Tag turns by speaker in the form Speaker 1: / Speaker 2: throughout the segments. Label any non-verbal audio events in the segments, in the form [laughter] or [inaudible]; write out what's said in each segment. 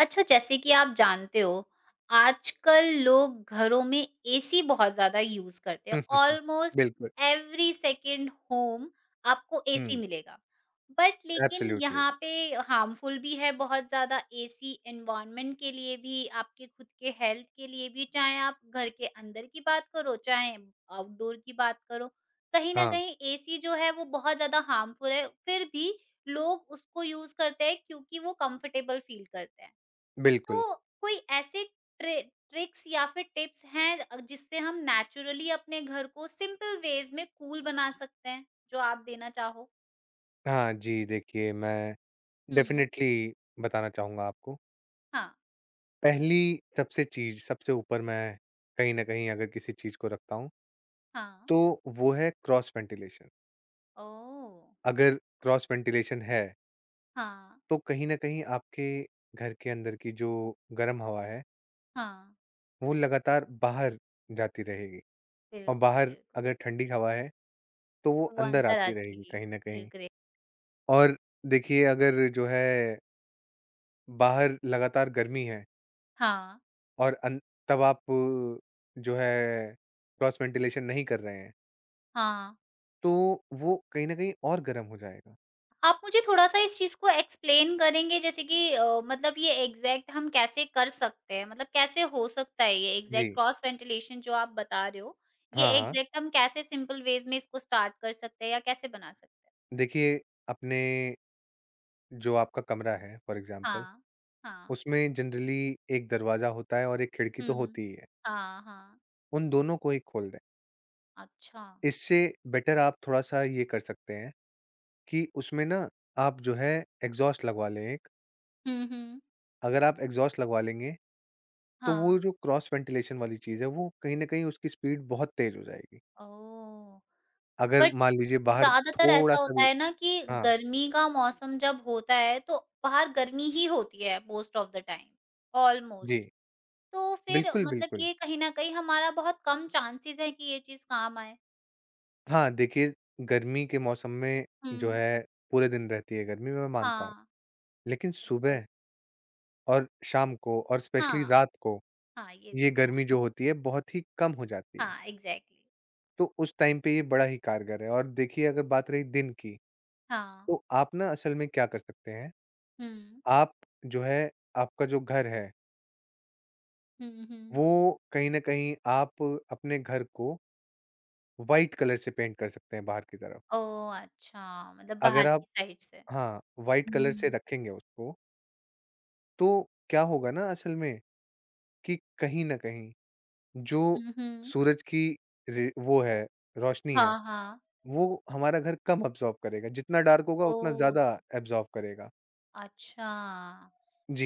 Speaker 1: अच्छा, जैसे कि आप जानते हो, आजकल लोग घरों में एसी बहुत ज़्यादा यूज़ करते
Speaker 2: [laughs]
Speaker 1: हैं।
Speaker 2: हुँ, हुँ, हुँ।
Speaker 1: ऑलमोस्ट
Speaker 2: बिल्कुल।
Speaker 1: एवरी सेकंड होम आपको एसी
Speaker 2: हुँ,
Speaker 1: मिलेगा। बट लेकिन
Speaker 2: एब्सोल्युटली।
Speaker 1: यहाँ पे हार्मफुल भी है बहुत ज़्यादा, एसी एनवायरनमेंट के लिए भी, आपके खुद के हेल्थ के लिए भी, चाहे आप घर के अंदर की बात करो, चाहे आउटडोर की बात करो। कहीं न
Speaker 2: हाँ,
Speaker 1: कहीं एसी जो है वो बहुत ज़्यादा हार्मफुल है, फिर भी लोग उसको यूज़ करते हैं क्योंकि वो कंफर्टेबल फील करते हैं। तो
Speaker 2: बिल्कुल।
Speaker 1: कोई ऐसे ट्रि ट्रिक्स या फिर टिप्स हैं, जिससे हम नेचुरली अपने घर को सिंपल वेज में कूल बना सकते हैं, जो आप देना चाहो?
Speaker 2: हाँ जी, देखिए मैं
Speaker 1: हुँ।
Speaker 2: डेफ़िनेटली बताना चाहूँगा आपको।
Speaker 1: हाँ,
Speaker 2: पहली सबसे चीज़ सबसे ऊपर मैं कहीं न कहीं अगर किसी चीज़ को रखता हूँ,
Speaker 1: हाँ।
Speaker 2: तो वो है क्रॉस वेंटिलेशन।
Speaker 1: ओह!
Speaker 2: अगर क्रॉस वेंटिलेशन है,
Speaker 1: हाँ,
Speaker 2: तो कहीं न कहीं आपके घर के अंदर की जो गर्म हवा है,
Speaker 1: हाँ।
Speaker 2: वो लगातार बाहर जाती रहेगी और
Speaker 1: बिल्कुल,
Speaker 2: बाहर
Speaker 1: बिल्कुल।
Speaker 2: अगर ठंडी हवा है, तो वो
Speaker 1: तो वो
Speaker 2: अंदर
Speaker 1: अंदर आ
Speaker 2: आती रहेगी
Speaker 1: जाएगी।
Speaker 2: कहीं न
Speaker 1: ये
Speaker 2: कहीं।
Speaker 1: ग्रेट।
Speaker 2: और देखिए अगर जो है बाहर लगातार गर्मी है
Speaker 1: हाँ,
Speaker 2: और अन तब आप जो है क्रॉस वेंटिलेशन नहीं कर रहे हैं,
Speaker 1: हाँ।
Speaker 2: तो वो कहीं न कहीं और गर्म हो जाएगा।
Speaker 1: आप मुझे थोड़ा-सा इस चीज़ को एक्सप्लेन करेंगे? जैसे कि मतलब ये एग्ज़ैक्ट हम कैसे कर सकते हैं? मतलब कैसे हो सकता है ये एग्ज़ैक्ट
Speaker 2: जी।
Speaker 1: क्रॉस वेंटिलेशन जो आप बता रहे हो, ये
Speaker 2: हाँ, हाँ।
Speaker 1: एग्ज़ैक्ट हम कैसे सिंपल वेज़ में इसको स्टार्ट कर सकते हैं या कैसे बना सकते हैं?
Speaker 2: देखिए, अपने जो आपका कमरा है फॉर एग्ज़ाम्पल,
Speaker 1: हाँ, हाँ।
Speaker 2: उसमें जनरली एक दरवाज़ा होता है और एक खिड़की तो
Speaker 1: हुँ।
Speaker 2: होती ही है।
Speaker 1: हाँ, हाँ।
Speaker 2: उन दोनों को ही खोल दें।
Speaker 1: अच्छा।
Speaker 2: इससे बेटर आप थोड़ा-सा ये कर सकते हैं कि उसमें ना आप जो है एग्ज़ॉस्ट लगवा लें एक।
Speaker 1: हुँ, हुँ।
Speaker 2: अगर आप एग्ज़ॉस्ट लगवा लेंगे तो वो
Speaker 1: हाँ।
Speaker 2: जो क्रॉस वेंटिलेशन वाली चीज़ है, वो कहीं न कहीं उसकी स्पीड बहुत तेज़ हो जाएगी।
Speaker 1: ओह!
Speaker 2: अगर
Speaker 1: बट
Speaker 2: मान लीजिए बाहर
Speaker 1: ज़्यादातर ऐसा
Speaker 2: थोड़ा-सा
Speaker 1: होता
Speaker 2: भी।
Speaker 1: है ना कि
Speaker 2: हाँ,
Speaker 1: गर्मी का मौसम जब होता है तो बाहर गर्मी ही होती है, मोस्ट ऑफ द टाइम,
Speaker 2: जी।
Speaker 1: ऑलमोस्ट। तो फिर
Speaker 2: बिल्कुल,
Speaker 1: मतलब
Speaker 2: बिल्कुल।
Speaker 1: ये कहीं न कहीं हमारा बहुत कम चांसेज़ है कि ये चीज़ काम आए।
Speaker 2: हाँ, देखिए गर्मी के मौसम में
Speaker 1: हुँ।
Speaker 2: जो है पूरे दिन रहती है गर्मी, मैं मानता हूँ।
Speaker 1: हाँ।
Speaker 2: लेकिन
Speaker 1: बिल्कुल।
Speaker 2: सुबह और शाम को और स्पेशली
Speaker 1: हाँ,
Speaker 2: रात को
Speaker 1: हाँ, ये तो
Speaker 2: ये
Speaker 1: है।
Speaker 2: गर्मी जो होती है बहुत ही कम हो जाती है।
Speaker 1: हाँ, एग्ज़ैक्टली।
Speaker 2: तो उस टाइम पे ये बड़ा ही कारगर है और देखिए अगर बात रही दिन की,
Speaker 1: हाँ।
Speaker 2: तो आप ना असल में क्या कर सकते हैं,
Speaker 1: हुँ।
Speaker 2: आप जो है आपका जो घर है
Speaker 1: हुँ, हुँ।
Speaker 2: वो कहीं न कहीं आप अपने घर को व्हाइट कलर से पेंट कर सकते हैं बाहर की तरफ।
Speaker 1: ओह! अच्छा, मतलब
Speaker 2: अगर
Speaker 1: बाहर
Speaker 2: आप
Speaker 1: की साइड से।
Speaker 2: हाँ, व्हाइट
Speaker 1: हुँ,
Speaker 2: कलर से
Speaker 1: हुँ।
Speaker 2: रखेंगे उसको, तो क्या होगा ना असल में कि कहीं न कहीं जो
Speaker 1: हुँ, हुँ।
Speaker 2: सूरज की रे वो है, रोशनी है,
Speaker 1: हाँ, हाँ।
Speaker 2: वो हमारा घर कम अब्ज़ॉर्ब करेगा। जितना डार्क होगा उतना
Speaker 1: ओह!
Speaker 2: ज़्यादा अब्ज़ॉर्ब करेगा।
Speaker 1: अच्छा।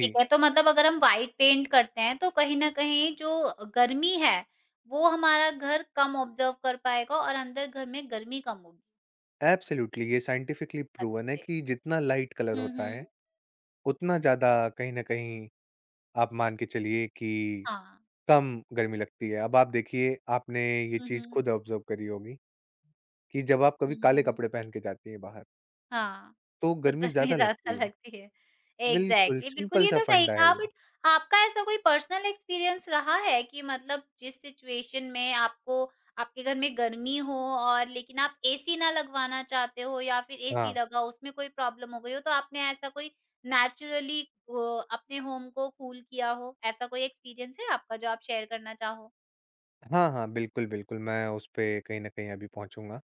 Speaker 1: ठीक है, तो मतलब अगर हम व्हाइट पेंट करते हैं तो कहीं न कहीं जो गर्मी है, वो हमारा घर कम ऑब्ज़र्व कर पाएगा और अंदर घर में गर्मी कम होगी।
Speaker 2: एब्सोल्यूटली ये साइंटिफिकली
Speaker 1: दैट्स
Speaker 2: प्रूवन है
Speaker 1: ग्रेट।
Speaker 2: कि जितना लाइट कलर
Speaker 1: हुँ,
Speaker 2: होता है,
Speaker 1: हुँ।
Speaker 2: उतना ज़्यादा कहीं न कहीं आप मान के चलिए कि
Speaker 1: हाँ।
Speaker 2: कम गर्मी लगती है। अब आप देखिए, आपने ये
Speaker 1: हुँ,
Speaker 2: चीज़
Speaker 1: हुँ।
Speaker 2: खुद ऑब्ज़र्व करी होगी कि जब आप कभी
Speaker 1: हुँ,
Speaker 2: काले
Speaker 1: हुँ।
Speaker 2: कपड़े पहन के जाती हैं बाहर,
Speaker 1: हाँ,
Speaker 2: तो
Speaker 1: तो
Speaker 2: गर्मी जी।
Speaker 1: गर्मी [laughs]
Speaker 2: ज़्यादा
Speaker 1: ज़्यादा
Speaker 2: लगती है।
Speaker 1: लगती है।
Speaker 2: बिल्कुल,
Speaker 1: एग्ज़ैक्टली, बिल्कुल, ये
Speaker 2: सिंपल-सा
Speaker 1: तो सही
Speaker 2: फंडा है
Speaker 1: कहा।
Speaker 2: ये।
Speaker 1: बट आपका ऐसा कोई पर्सनल एक्सपीरियंस रहा है कि मतलब जिस सिचुएशन में आपको आपके घर में गर्मी हो और लेकिन आप एसी ना लगवाना चाहते हो या फिर एसी
Speaker 2: हाँ।
Speaker 1: लगा उसमें कोई प्रॉब्लम हो गई हो, तो आपने ऐसा कोई नेचुरली अपने होम को कूल किया हो? ऐसा कोई एक्सपीरियंस है आपका जो आप शेयर करना चाहो?
Speaker 2: हाँ, हाँ, बिल्कुल, बिल्कुल, मैं उसपे कहीं न कहीं अभी पहुँचूँगा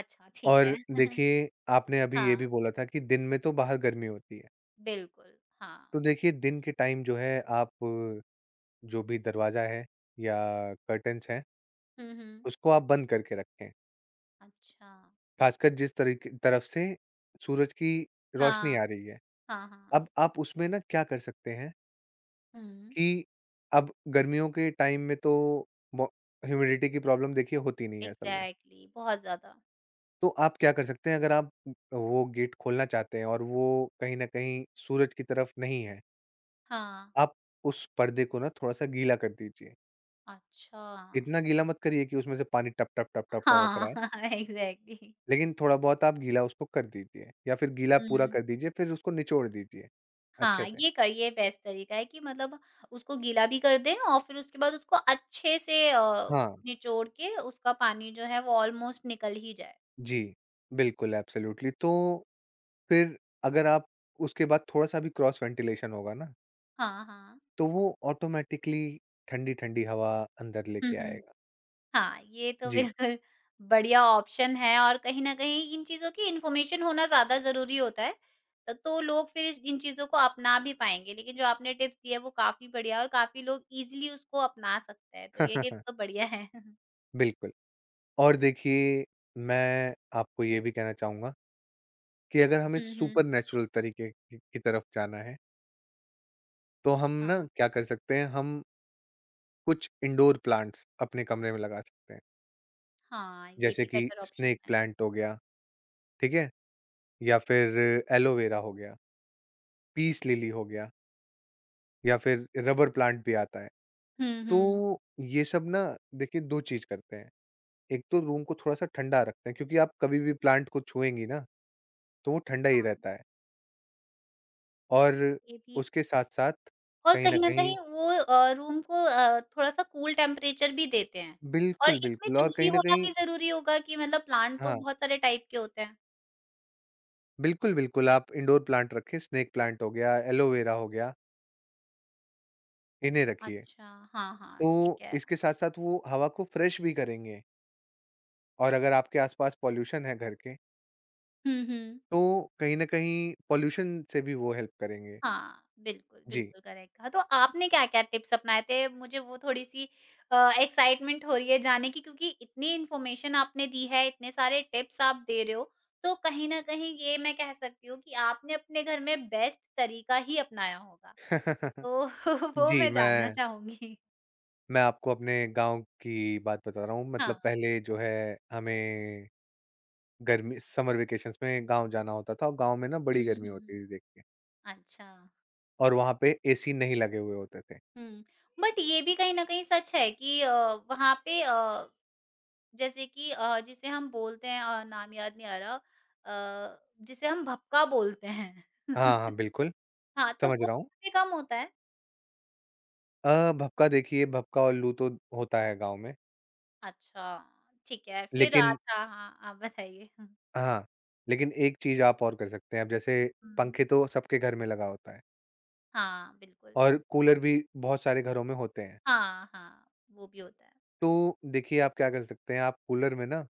Speaker 1: अच्छा, ठीक है।
Speaker 2: और
Speaker 1: [laughs]
Speaker 2: देखिए, आपने अभी ये भी
Speaker 1: हाँ,
Speaker 2: बोला था कि दिन में तो बाहर गर्मी होती है।
Speaker 1: बिल्कुल, हाँ।
Speaker 2: तो देखिए, दिन के टाइम जो है आप जो भी दरवाज़ा है या कर्टेन्स हैं,
Speaker 1: हुँ, हुँ।
Speaker 2: उसको आप बंद करके रखें।
Speaker 1: अच्छा।
Speaker 2: ख़ासकर जिस तरीके तरफ से सूरज की रोशनी
Speaker 1: हाँ,
Speaker 2: आ रही है।
Speaker 1: हाँ, हाँ।
Speaker 2: अब आप उसमें ना क्या कर सकते हैं
Speaker 1: हुँ।
Speaker 2: कि अब गर्मियों के टाइम में तो मो ह्यूमिडिटी की प्रॉब्लम देखिए होती नहीं है असल में।
Speaker 1: एग्ज़ैक्टली, बहुत ज़्यादा।
Speaker 2: तो आप क्या कर सकते हैं अगर आप वो गेट खोलना चाहते हैं और वो कहीं न कहीं सूरज की तरफ नहीं है,
Speaker 1: हाँ।
Speaker 2: आप उस पर्दे को ना थोड़ा-सा गीला कर दीजिए।
Speaker 1: अच्छा।
Speaker 2: इतना गीला मत करिए कि उसमें से पानी टप, टप, टप, टप टपक रहा
Speaker 1: हाँ,
Speaker 2: है,
Speaker 1: [laughs] एग्ज़ैक्टली।
Speaker 2: लेकिन थोड़ा बहुत आप गीला उसको कर दीजिए या फिर गीला पूरा
Speaker 1: हुँ।
Speaker 2: कर दीजिए फिर उसको निचोड़ दीजिए अच्छे
Speaker 1: हाँ,
Speaker 2: से।
Speaker 1: ये बेस्ट तरीका है कि मतलब उसको गीला भी कर दें और फिर उसके बाद उसको अच्छे से
Speaker 2: हाँ,
Speaker 1: निचोड़ के उसका पानी जो है वो ऑलमोस्ट निकल ही जाए।
Speaker 2: जी। बिल्कुल, एब्सोल्यूटली तो फिर अगर आप उसके बाद थोड़ा-सा भी क्रॉस वेंटिलेशन होगा ना,
Speaker 1: हाँ, हाँ।
Speaker 2: तो वो ऑटोमैटिकली ठंडी-ठंडी हवा अंदर लेके
Speaker 1: [laughs]
Speaker 2: आएगा।
Speaker 1: हाँ, ये तो
Speaker 2: जी।
Speaker 1: बिल्कुल बढ़िया ऑप्शन है और कहीं न कहीं इन चीज़ों की इन्फॉर्मेशन होना ज़्यादा ज़रूरी होता है। तो लोग फिर इस इन चीज़ों को अपना भी पाएँगे। लेकिन जो आपने टिप्स दी है वो काफ़ी बढ़िया और काफ़ी लोग ईज़िली उसको अपना सकते हैं। तो ये टिप्स तो
Speaker 2: [laughs]
Speaker 1: बढ़िया है। [laughs]
Speaker 2: बिल्कुल। और देखिए, मैं आपको ये भी कहना चाहूँगा कि अगर हमें
Speaker 1: हुँ, हुँ।
Speaker 2: सुपरनैचुरल तरीके की तरफ जाना है, तो हम ना
Speaker 1: हाँ,
Speaker 2: क्या कर सकते हैं, हम कुछ इंडोर प्लांट्स अपने कमरे में लगा सकते हैं।
Speaker 1: हाँ, ये
Speaker 2: जैसे
Speaker 1: भी
Speaker 2: कि
Speaker 1: बेटर ऑप्शन
Speaker 2: स्नेक
Speaker 1: है।
Speaker 2: प्लांट हो गया, ठीक है? या फिर एलोवेरा हो गया, पीस लिली हो गया या फिर रबर प्लांट भी आता है।
Speaker 1: हुँ,
Speaker 2: तो
Speaker 1: हुँ।
Speaker 2: ये सब ना देखिए 2 चीज़ करते हैं। एक तो रूम को थोड़ा-सा ठंडा रखते हैं क्योंकि आप कभी भी प्लांट को छुएँगी ना, तो वो ठंडा ही
Speaker 1: हाँ,
Speaker 2: रहता है और
Speaker 1: ये भी है।
Speaker 2: उसके साथ-साथ
Speaker 1: और
Speaker 2: कहीं न
Speaker 1: कहीं न
Speaker 2: कहीं
Speaker 1: कहीं वो रूम को, थोड़ा-सा कूल टेम्परेचर भी देते हैं। और
Speaker 2: बिल्कुल,
Speaker 1: इसमें
Speaker 2: बिल्कुल और
Speaker 1: चूज़ी
Speaker 2: कहीं न
Speaker 1: होना
Speaker 2: कहीं
Speaker 1: भी ज़रूरी होगा कि मतलब प्लांट तो
Speaker 2: हाँ,
Speaker 1: बहुत सारे टाइप के होते हैं।
Speaker 2: बिल्कुल, बिल्कुल आप इंडोर प्लांट रखें, स्नेक प्लांट हो गया, एलोवेरा हो गया, इन्हें रखिए।
Speaker 1: अच्छा, हाँ, हाँ, ठीक
Speaker 2: तो
Speaker 1: है।
Speaker 2: इसके साथ-साथ वो हवा को फ्रेश भी करेंगे और अगर आपके आस-पास पॉल्यूशन है घर के,
Speaker 1: हुँ, हुँ।
Speaker 2: तो कहीं न कहीं पॉल्यूशन से भी वो हेल्प करेंगे।
Speaker 1: हाँ, बिल्कुल,
Speaker 2: जी।
Speaker 1: बिल्कुल, करेक्ट कहा। तो आपने क्या-क्या टिप्स अपनाए थे? मुझे वो थोड़ी-सी एक्साइटमेंट हो रही है जाने की, क्योंकि इतनी इन्फॉर्मेशन आपने दी है, इतने सारे टिप्स आप दे रहे हो, तो कहीं न कहीं ये मैं कह सकती हूँ कि आपने अपने घर में बेस्ट तरीका ही अपनाया होगा।
Speaker 2: [laughs]
Speaker 1: तो [laughs] वो
Speaker 2: जी,
Speaker 1: मैं जानना
Speaker 2: मैं
Speaker 1: चाहूँगी।
Speaker 2: मैं आपको अपने गाँव की बात बता रहा हूँ। मतलब
Speaker 1: हाँ।
Speaker 2: पहले जो है हमें गर्मी समर वेकेशंस में गाँव जाना होता था और गाँव में ना बड़ी
Speaker 1: हुँ, हुँ,
Speaker 2: गर्मी होती
Speaker 1: हुँ।
Speaker 2: थी देखिए
Speaker 1: अच्छा।
Speaker 2: और वहाँ पे एसी नहीं लगे हुए होते थे।
Speaker 1: हुँ, बट ये भी कहीं न कहीं सच है कि वहाँ पे जैसे कि जिसे हम बोलते हैं, नाम याद नहीं आ रहा, जिसे हम भपका बोलते हैं।
Speaker 2: हाँ, हाँ,
Speaker 1: [laughs]
Speaker 2: बिल्कुल
Speaker 1: हाँ, तो
Speaker 2: समझ
Speaker 1: वो
Speaker 2: रहा हूँ।
Speaker 1: काफ़ी कम होता है?
Speaker 2: भभका देखिए भभका और लू तो होता है गाँव में।
Speaker 1: अच्छा, ठीक है। फिर
Speaker 2: लेकिन
Speaker 1: अच्छा, हाँ, आप बताइए? हुँ,
Speaker 2: हाँ, लेकिन एक चीज़ आप और कर सकते हैं। अब जैसे
Speaker 1: हुँ।
Speaker 2: पंखे तो सबके घर में लगा होता है
Speaker 1: हाँ, बिल्कुल।
Speaker 2: और कूलर भी बहुत सारे घरों में होते हैं।
Speaker 1: हाँ, हाँ, वो भी होता है।
Speaker 2: तो देखिए आप क्या कर सकते हैं आप कूलर में ना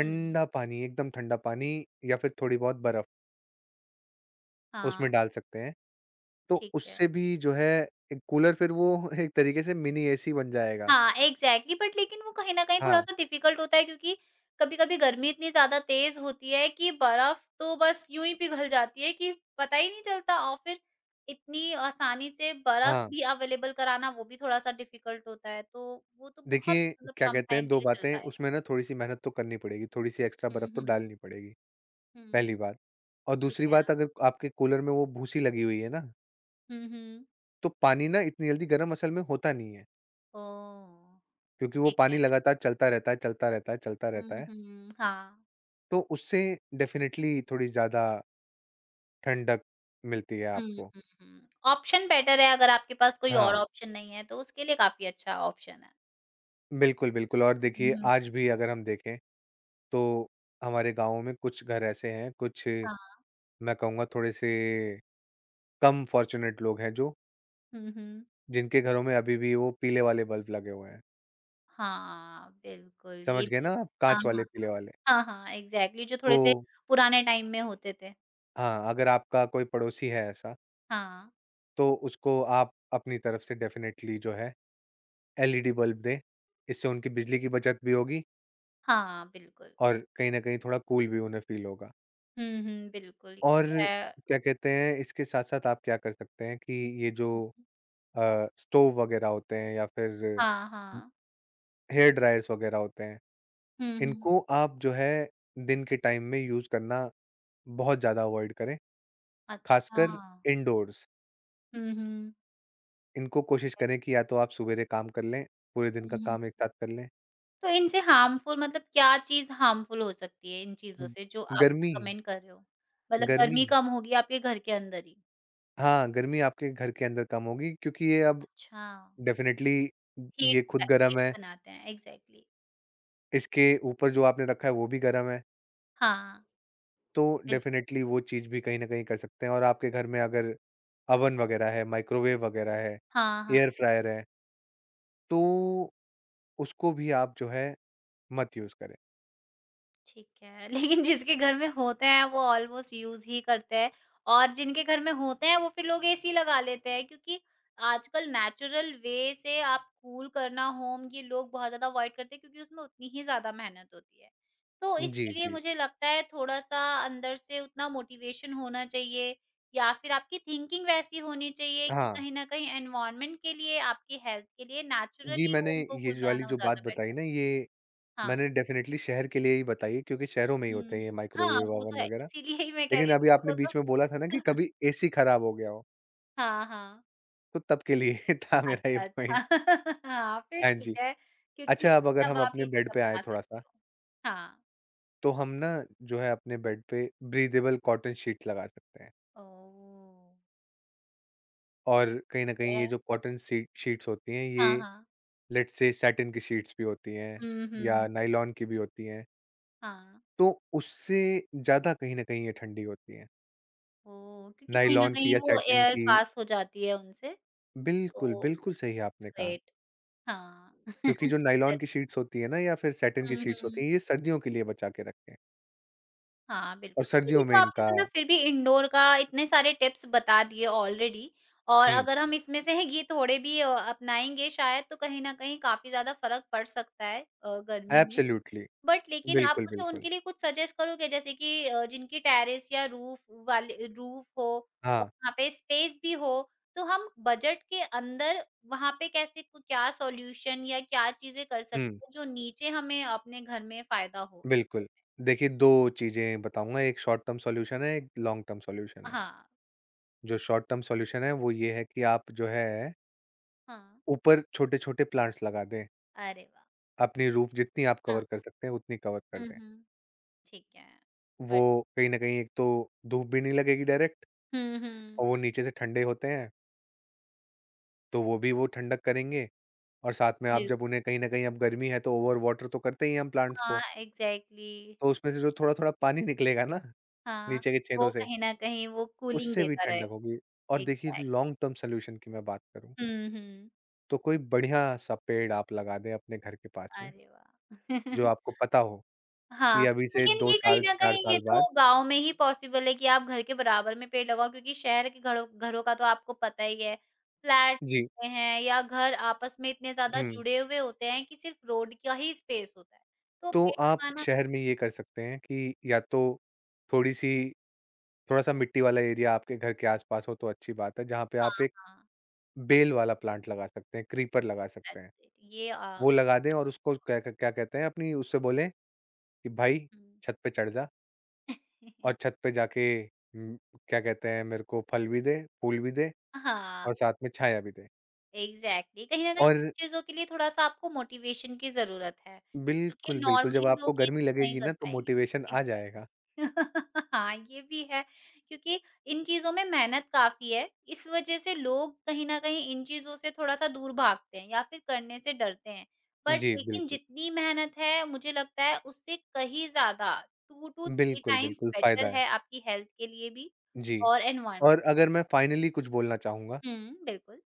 Speaker 1: हुँ,
Speaker 2: पानी, एकदम ठंडा पानी या फिर थोड़ी बहुत बर्फ उसमें
Speaker 1: हाँ,
Speaker 2: डाल सकते हैं। तो
Speaker 1: ठीक है।
Speaker 2: उससे भी जो है एक कूलर फिर वो [laughs] एक तरीके से मिनी एसी बन जाएगा।
Speaker 1: हाँ, एग्ज़ैक्टली, बट लेकिन वो कहीं न कहीं
Speaker 2: हाँ,
Speaker 1: थोड़ा-सा डिफ़िकल्ट होता है क्योंकि कभी-कभी गर्मी इतनी ज़्यादा तेज़ होती है कि बर्फ़ तो बस यूँ ही पिघल जाती है, कि पता ही नहीं चलता। और फिर इतनी आसानी से बर्फ़
Speaker 2: हाँ।
Speaker 1: भी अवेलेबल कराना वो भी थोड़ा-सा डिफ़िकल्ट होता है। तो वो तो बहुत,
Speaker 2: देखिए,
Speaker 1: मतलब
Speaker 2: क्या
Speaker 1: कम
Speaker 2: कहते
Speaker 1: टाइम
Speaker 2: हैं
Speaker 1: के
Speaker 2: 2
Speaker 1: लिए चल
Speaker 2: बातें
Speaker 1: पाएगा।
Speaker 2: उसमें ना थोड़ी-सी मेहनत तो करनी पड़ेगी, थोड़ी-सी एक्स्ट्रा
Speaker 1: हुँ,
Speaker 2: बर्फ तो
Speaker 1: हुँ।
Speaker 2: डालनी पड़ेगी,
Speaker 1: हुँ,
Speaker 2: पहली
Speaker 1: हुँ।
Speaker 2: बात। और
Speaker 1: ठीक
Speaker 2: दूसरी
Speaker 1: है।
Speaker 2: बात अगर आपके कूलर में वो भूसी लगी हुई है ना,
Speaker 1: हुँ, हुँ।
Speaker 2: तो पानी ना इतनी जल्दी गर्म असल में होता नहीं है,
Speaker 1: ओह!
Speaker 2: क्योंकि वो
Speaker 1: ठीक
Speaker 2: पानी
Speaker 1: है।
Speaker 2: लगातार चलता रहता है, चलता रहता है, चलता रहता
Speaker 1: हुँ,
Speaker 2: है।
Speaker 1: हुँ। हाँ।
Speaker 2: तो उससे डेफ़िनेटली थोड़ी ज़्यादा ठंडक मिलती है
Speaker 1: हुँ,
Speaker 2: आपको।
Speaker 1: हुँ, हुँ। ऑप्शन बेटर है, अगर आपके पास कोई और
Speaker 2: हाँ,
Speaker 1: ऑप्शन नहीं है तो उसके लिए काफ़ी अच्छा ऑप्शन है।
Speaker 2: बिल्कुल, बिल्कुल और देखिए
Speaker 1: हुँ,
Speaker 2: आज भी अगर हम देखें तो हमारे गाँवों में कुछ घर ऐसे हैं, कुछ
Speaker 1: हाँ।
Speaker 2: मैं कहूँगा थोड़े-से कम फॉर्च्यूनेट लोग हैं जो
Speaker 1: हुँ, हुँ।
Speaker 2: जिनके घरों में अभी भी वो पीले वाले बल्ब लगे हुए हैं।
Speaker 1: हाँ, बिल्कुल,
Speaker 2: समझ
Speaker 1: ये
Speaker 2: गए
Speaker 1: भी
Speaker 2: ना
Speaker 1: है।
Speaker 2: आप?
Speaker 1: हाँ,
Speaker 2: काँच वाले
Speaker 1: हाँ।
Speaker 2: पीले वाले।
Speaker 1: हाँ, हाँ, एग्ज़ैक्टली, जो
Speaker 2: तो
Speaker 1: थोड़े से पुराने टाइम में होते थे।
Speaker 2: हाँ, अगर आपका कोई पड़ोसी है ऐसा,
Speaker 1: हाँ।
Speaker 2: तो उसको आप अपनी तरफ से डेफ़िनेटली जो है एलईडी बल्ब दें। इससे उनकी बिजली की बचत भी होगी
Speaker 1: हाँ, बिल्कुल।
Speaker 2: और कहीं न कहीं थोड़ा कूल भी उन्हें फ़ील होगा।
Speaker 1: हुँ, हुँ, बिल्कुल, ये
Speaker 2: और
Speaker 1: तो है।
Speaker 2: क्या कहते हैं, इसके साथ-साथ आप क्या कर सकते हैं कि ये जो
Speaker 1: हुँ,
Speaker 2: स्टोव वगैरह होते हैं या फिर
Speaker 1: हाँ, हाँ।
Speaker 2: हेयर ड्रायर्स वगैरह होते हैं,
Speaker 1: हुँ, हुँ।
Speaker 2: इनको आप जो है दिन के टाइम में यूज़ करना बहुत ज़्यादा अवॉइड करें,
Speaker 1: अच्छा।
Speaker 2: खासकर इंडोर्स।
Speaker 1: हुँ, हुँ।
Speaker 2: इनको कोशिश
Speaker 1: है।
Speaker 2: करें कि या तो आप सवेरे काम कर लें, पूरे दिन
Speaker 1: हुँ,
Speaker 2: का
Speaker 1: हुँ।
Speaker 2: काम एक साथ कर लें।
Speaker 1: तो इनसे हार्मफुल, मतलब क्या चीज़ हार्मफुल हो सकती है इन चीज़ों
Speaker 2: उम,
Speaker 1: से जो आप
Speaker 2: गर्मी।
Speaker 1: रिकमेंड कर रहे हो? मतलब
Speaker 2: गर्मी।
Speaker 1: गर्मी कम होगी आपके घर के अंदर ही।
Speaker 2: हाँ, गर्मी आपके घर के अंदर कम होगी क्योंकि ये अब
Speaker 1: अच्छा,
Speaker 2: डेफ़िनेटली ये
Speaker 1: हीट।
Speaker 2: खुद गरम
Speaker 1: हीट
Speaker 2: है,
Speaker 1: बनाते हैं, एग्ज़ैक्टली।
Speaker 2: इसके ऊपर जो आपने रखा है वो भी गरम है।
Speaker 1: हाँ,
Speaker 2: तो
Speaker 1: बिल
Speaker 2: डेफिनेटली वो चीज़ भी कहीं न कहीं कर सकते हैं और आपके घर में अगर ओवन वगैरह है, माइक्रोवेव वगैरह है,
Speaker 1: हाँ, हाँ,
Speaker 2: एयर फ्रायर है, तो उसको भी आप जो है मत यूज़ करें।
Speaker 1: ठीक है। [laughs] लेकिन जिसके घर में होते हैं वो ऑलमोस्ट यूज़ ही करते हैं और जिनके घर में होते हैं वो फिर लोग एसी लगा लेते हैं क्योंकि आजकल नेचुरल वे से आप कूल करना होम, ये लोग बहुत ज़्यादा अवॉइड करते हैं क्योंकि उसमें उतनी ही ज़्यादा मेहनत होती है। तो
Speaker 2: जी,
Speaker 1: इसके लिए
Speaker 2: जी।
Speaker 1: मुझे लगता है थोड़ा-सा अंदर से उतना मोटिवेशन होना चाहिए, या फिर आपकी थिंकिंग वैसी होनी चाहिए कि
Speaker 2: हाँ,
Speaker 1: कहीं न कहीं एनवायरनमेंट के लिए, आपकी हेल्थ के लिए
Speaker 2: जी
Speaker 1: नेचुरली
Speaker 2: मैंने
Speaker 1: होम को
Speaker 2: ये
Speaker 1: कूल
Speaker 2: जो वाली
Speaker 1: बनाना वो
Speaker 2: जो बात
Speaker 1: ज़्यादा
Speaker 2: बताई
Speaker 1: बेटर है।
Speaker 2: ना ये
Speaker 1: हाँ।
Speaker 2: मैंने डेफिनेटली शहर के लिए ही बताई है क्योंकि शहरों में ही होते
Speaker 1: हुँ।
Speaker 2: हैं ये
Speaker 1: हाँ,
Speaker 2: माइक्रोवेव
Speaker 1: वो तो
Speaker 2: ओवन
Speaker 1: है।
Speaker 2: वगैरह।
Speaker 1: इसीलिए ही मैं कह
Speaker 2: लेकिन
Speaker 1: रही
Speaker 2: अभी
Speaker 1: हूँ कि
Speaker 2: आपने
Speaker 1: वो
Speaker 2: बीच में
Speaker 1: तो
Speaker 2: बोला था ना कि
Speaker 1: [laughs]
Speaker 2: कभी एसी खराब हो गया हो,
Speaker 1: हाँ, हाँ।
Speaker 2: तो तब के लिए [laughs] था मेरा ये
Speaker 1: अच्छा, अच्छा।
Speaker 2: पॉइंट।
Speaker 1: [laughs] हाँ, फिर
Speaker 2: हाँ
Speaker 1: ठीक
Speaker 2: जी।
Speaker 1: है क्योंकि
Speaker 2: अच्छा अब अगर
Speaker 1: तब
Speaker 2: हम
Speaker 1: आप
Speaker 2: अपने
Speaker 1: ये चीज़
Speaker 2: बेड पे आएँ
Speaker 1: अपना सकते
Speaker 2: थोड़ा-सा
Speaker 1: हो। हाँ।
Speaker 2: तो हम ना जो है अपने बेड पे ब्रीदेबल कॉटन शीट लगा सकते हैं।
Speaker 1: ओह!
Speaker 2: और कहीं न
Speaker 1: ठीक
Speaker 2: कहीं
Speaker 1: है।
Speaker 2: ये जो कॉटन सी शीट्स होती हैं
Speaker 1: हाँ,
Speaker 2: ये
Speaker 1: हाँ।
Speaker 2: लेट्स से सैटिन की शीट्स भी होती हैं
Speaker 1: हुँ,
Speaker 2: या
Speaker 1: हुँ।
Speaker 2: नायलॉन की भी होती हैं।
Speaker 1: हाँ।
Speaker 2: तो उससे ज़्यादा कहीं न कहीं ये ठंडी होती हैं।
Speaker 1: ओह! क्योंकि कहीं न
Speaker 2: नायलॉन की
Speaker 1: कहीं
Speaker 2: या
Speaker 1: वो
Speaker 2: सैटिन
Speaker 1: एयर
Speaker 2: की
Speaker 1: पास हो जाती है उनसे,
Speaker 2: बिल्कुल,
Speaker 1: तो
Speaker 2: बिल्कुल सही
Speaker 1: इट्स
Speaker 2: आपने कहा।
Speaker 1: ग्रेट। हाँ।
Speaker 2: क्योंकि
Speaker 1: [laughs]
Speaker 2: जो नायलॉन
Speaker 1: दैट्स
Speaker 2: की शीट्स होती हैं ना या फिर सैटिन की
Speaker 1: हुँ,
Speaker 2: शीट्स
Speaker 1: हुँ।
Speaker 2: होती हैं ये सर्दियों के लिए बचा के रखते हैं।
Speaker 1: हाँ,
Speaker 2: और
Speaker 1: बिल्कुल। देखिए, ये
Speaker 2: सर्दियों में
Speaker 1: तो आपने
Speaker 2: इनका
Speaker 1: मतलब फिर भी इंडोर का इतने सारे टिप्स बता दिए ऑलरेडी, और
Speaker 2: हुँ,
Speaker 1: अगर हम इसमें से ये थोड़े भी अपनाएँगे शायद तो कहीं न कहीं काफ़ी ज़्यादा फ़र्क पड़ सकता है गर्मी में।
Speaker 2: एब्सोल्यूटली
Speaker 1: बट लेकिन आप
Speaker 2: बिल्कुल,
Speaker 1: मुझे
Speaker 2: बिल्कुल।
Speaker 1: उनके लिए कुछ सजेस्ट करोगे? जैसे कि जिनकी टेरेस या रूफ़ वाले रूफ़ हो और
Speaker 2: हाँ,
Speaker 1: वहाँ पे स्पेस भी हो, तो हम बजट के अंदर वहाँ पे कैसे, क क्या सॉल्यूशन या क्या चीज़ें कर
Speaker 2: हुँ।
Speaker 1: सकते हैं जो नीचे हमें अपने घर में फ़ायदा हो? Indoor
Speaker 2: बिल्कुल।
Speaker 1: में?
Speaker 2: देखिए 2 चीज़ें बताऊँगा, एक शॉर्ट टर्म सॉल्यूशन है, एक लॉन्ग टर्म सॉल्यूशन है।
Speaker 1: हाँ,
Speaker 2: जो शॉर्ट टर्म सॉल्यूशन है, वो ये है कि आप जो है,
Speaker 1: हाँ।
Speaker 2: ऊपर छोटे-छोटे प्लांट्स लगा दें।
Speaker 1: अरे वाह!
Speaker 2: अपनी रूफ जितनी आप
Speaker 1: हाँ।
Speaker 2: कवर कर सकते हैं, उतनी कवर कर
Speaker 1: हुँ,
Speaker 2: दें।
Speaker 1: हुँ। ठीक है।
Speaker 2: वो
Speaker 1: बट
Speaker 2: कहीं न कहीं एक तो धूप भी नहीं लगेगी डायरेक्ट
Speaker 1: हुँ,
Speaker 2: और
Speaker 1: हुँ।
Speaker 2: वो नीचे से ठंडे होते हैं, तो वो भी वो ठंडक करेंगे और साथ में आप
Speaker 1: बिल
Speaker 2: जब उन्हें कहीं न कहीं अब गर्मी है, तो ओवर वाटर तो करते ही हैं हम प्लांट्स
Speaker 1: हाँ,
Speaker 2: को।
Speaker 1: एग्ज़ैक्टली।
Speaker 2: तो उसमें से जो थोड़ा-थोड़ा पानी [laughs] निकलेगा ना,
Speaker 1: हाँ,
Speaker 2: नीचे के छेदों
Speaker 1: वो
Speaker 2: से
Speaker 1: कहीं न कहीं वो कूलिंग
Speaker 2: उससे भी
Speaker 1: देता
Speaker 2: ठंडक
Speaker 1: रहेगा।
Speaker 2: होगी और देखिए
Speaker 1: एग्ज़ैक्ट
Speaker 2: लॉन्ग टर्म सॉल्यूशन की मैं बात करूँ,
Speaker 1: हुँ, हुँ।
Speaker 2: तो कोई बढ़िया-सा पेड़ आप लगा दें अपने घर के पास में,
Speaker 1: अरे वाह!
Speaker 2: जो
Speaker 1: [laughs]
Speaker 2: आपको पता हो कि
Speaker 1: हाँ,
Speaker 2: अभी से
Speaker 1: लेकिन
Speaker 2: 2
Speaker 1: ये कहीं
Speaker 2: साल,
Speaker 1: न
Speaker 2: 4
Speaker 1: कहीं ये
Speaker 2: साल
Speaker 1: तो
Speaker 2: बाद।
Speaker 1: गाँव में ही पॉसिबल है कि आप घर के बराबर में पेड़ लगाओ, क्योंकि शहर के घरों घरों का तो आपको पता ही है, फ्लैट
Speaker 2: जी,
Speaker 1: होते हैं या घर आपस में इतने ज़्यादा
Speaker 2: हुँ।
Speaker 1: जुड़े हुए होते हैं कि सिर्फ़ रोड का ही स्पेस होता है। तो
Speaker 2: तो
Speaker 1: पेड़
Speaker 2: आप
Speaker 1: लगाना,
Speaker 2: शहर में ये कर सकते हैं कि या तो थोड़ी-सी थोड़ा-सा मिट्टी वाला एरिया आपके घर के आस-पास हो तो अच्छी बात है, जहाँ पे आप
Speaker 1: हाँ,
Speaker 2: एक
Speaker 1: हाँ।
Speaker 2: बेल वाला प्लांट लगा सकते हैं, क्रीपर लगा सकते हैं।
Speaker 1: That's it.
Speaker 2: वो लगा दें और उसको क्या कहते हैं अपनी उससे बोलें कि भाई
Speaker 1: हुँ।
Speaker 2: छत पे चढ़ जा। और
Speaker 1: [laughs]
Speaker 2: छत पे जाके क्या कहते हैं मेरे को फल भी दे, फूल भी दे
Speaker 1: हाँ,
Speaker 2: और साथ में छाया भी दे।
Speaker 1: एग्ज़ैक्टली, कहीं न कहीं
Speaker 2: और
Speaker 1: इन चीज़ों के लिए थोड़ा-सा आपको मोटिवेशन की ज़रूरत है, क्योंकि
Speaker 2: बिल्कुल, बिल्कुल जब
Speaker 1: नॉर्मली
Speaker 2: आपको
Speaker 1: लोग ये
Speaker 2: गर्मी
Speaker 1: चीज़ नहीं
Speaker 2: लगेगी
Speaker 1: कर
Speaker 2: ना तो मोटिवेशन
Speaker 1: पाएँगे।
Speaker 2: आ
Speaker 1: एग्ज़ैक्टली।
Speaker 2: जाएगा।
Speaker 1: [laughs] हाँ, ये भी है क्योंकि इन चीज़ों में मेहनत काफ़ी है, इस वज़ह से लोग कहीं न कहीं इन चीज़ों से थोड़ा-सा दूर भागते हैं या फिर करने से डरते हैं। बट
Speaker 2: जी,
Speaker 1: लेकिन
Speaker 2: बिल्कुल।
Speaker 1: जितनी मेहनत है मुझे लगता है उससे कहीं ज़्यादा 2 टू 3
Speaker 2: बिल्कुल,
Speaker 1: टाइम्स
Speaker 2: बिल्कुल फ़ायदा
Speaker 1: बेटर
Speaker 2: है।
Speaker 1: है आपकी हेल्थ के लिए भी
Speaker 2: जी।
Speaker 1: और एनवायर
Speaker 2: और अगर मैं फाइनली कुछ बोलना चाहूँगा,
Speaker 1: हुँ, बिल्कुल।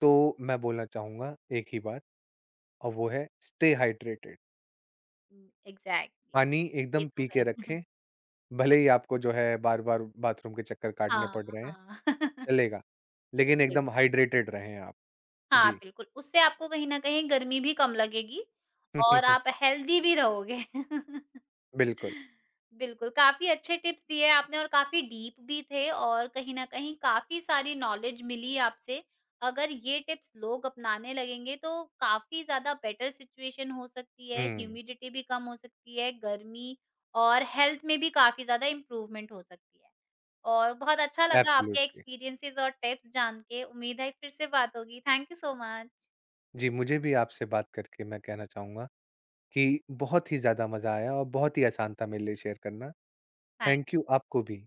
Speaker 2: तो मैं बोलना चाहूँगा एक ही बात और वो है स्टे हाइड्रेटेड।
Speaker 1: हुँ, एग्ज़ैक्टली,
Speaker 2: पानी
Speaker 1: ये
Speaker 2: एकदम
Speaker 1: तो
Speaker 2: पी के
Speaker 1: है।
Speaker 2: रखें, भले ही आपको जो है बार-बार बाथरूम के चक्कर काटने
Speaker 1: हाँ,
Speaker 2: पड़ रहे हैं,
Speaker 1: हाँ। [laughs]
Speaker 2: चलेगा। लेकिन
Speaker 1: बिल
Speaker 2: एकदम हाइड्रेटेड रहें आप।
Speaker 1: हाँ,
Speaker 2: जी।
Speaker 1: बिल्कुल, उससे आपको कहीं न कहीं गर्मी भी कम लगेगी और आप
Speaker 2: [laughs]
Speaker 1: हेल्दी भी रहोगे। [laughs]
Speaker 2: बिल्कुल।
Speaker 1: बिल्कुल, काफ़ी अच्छे टिप्स दिए आपने और काफ़ी डीप भी थे और कहीं न कहीं काफ़ी सारी नॉलेज मिली आपसे। अगर ये टिप्स लोग अपनाने लगेंगे तो काफ़ी ज़्यादा बेटर सिचुएशन हो सकती है,
Speaker 2: हुँ।
Speaker 1: ह्यूमिडिटी भी कम हो सकती है, गर्मी और हेल्थ में भी काफ़ी ज़्यादा इम्प्रूवमेंट हो सकती है। और बहुत अच्छा लगा आपके
Speaker 2: एब्सोल्युटली।
Speaker 1: एक्सपीरियंसेस और टिप्स जान के, उम्मीद है फिर से बात होगी। Thank you so much.
Speaker 2: जी, मुझे भी आपसे बात करके मैं कहना चाहूँगा कि बहुत ही ज़्यादा मज़ा आया और बहुत ही आसान था मेरे लिए शेयर करना। थैंक यू आपको भी।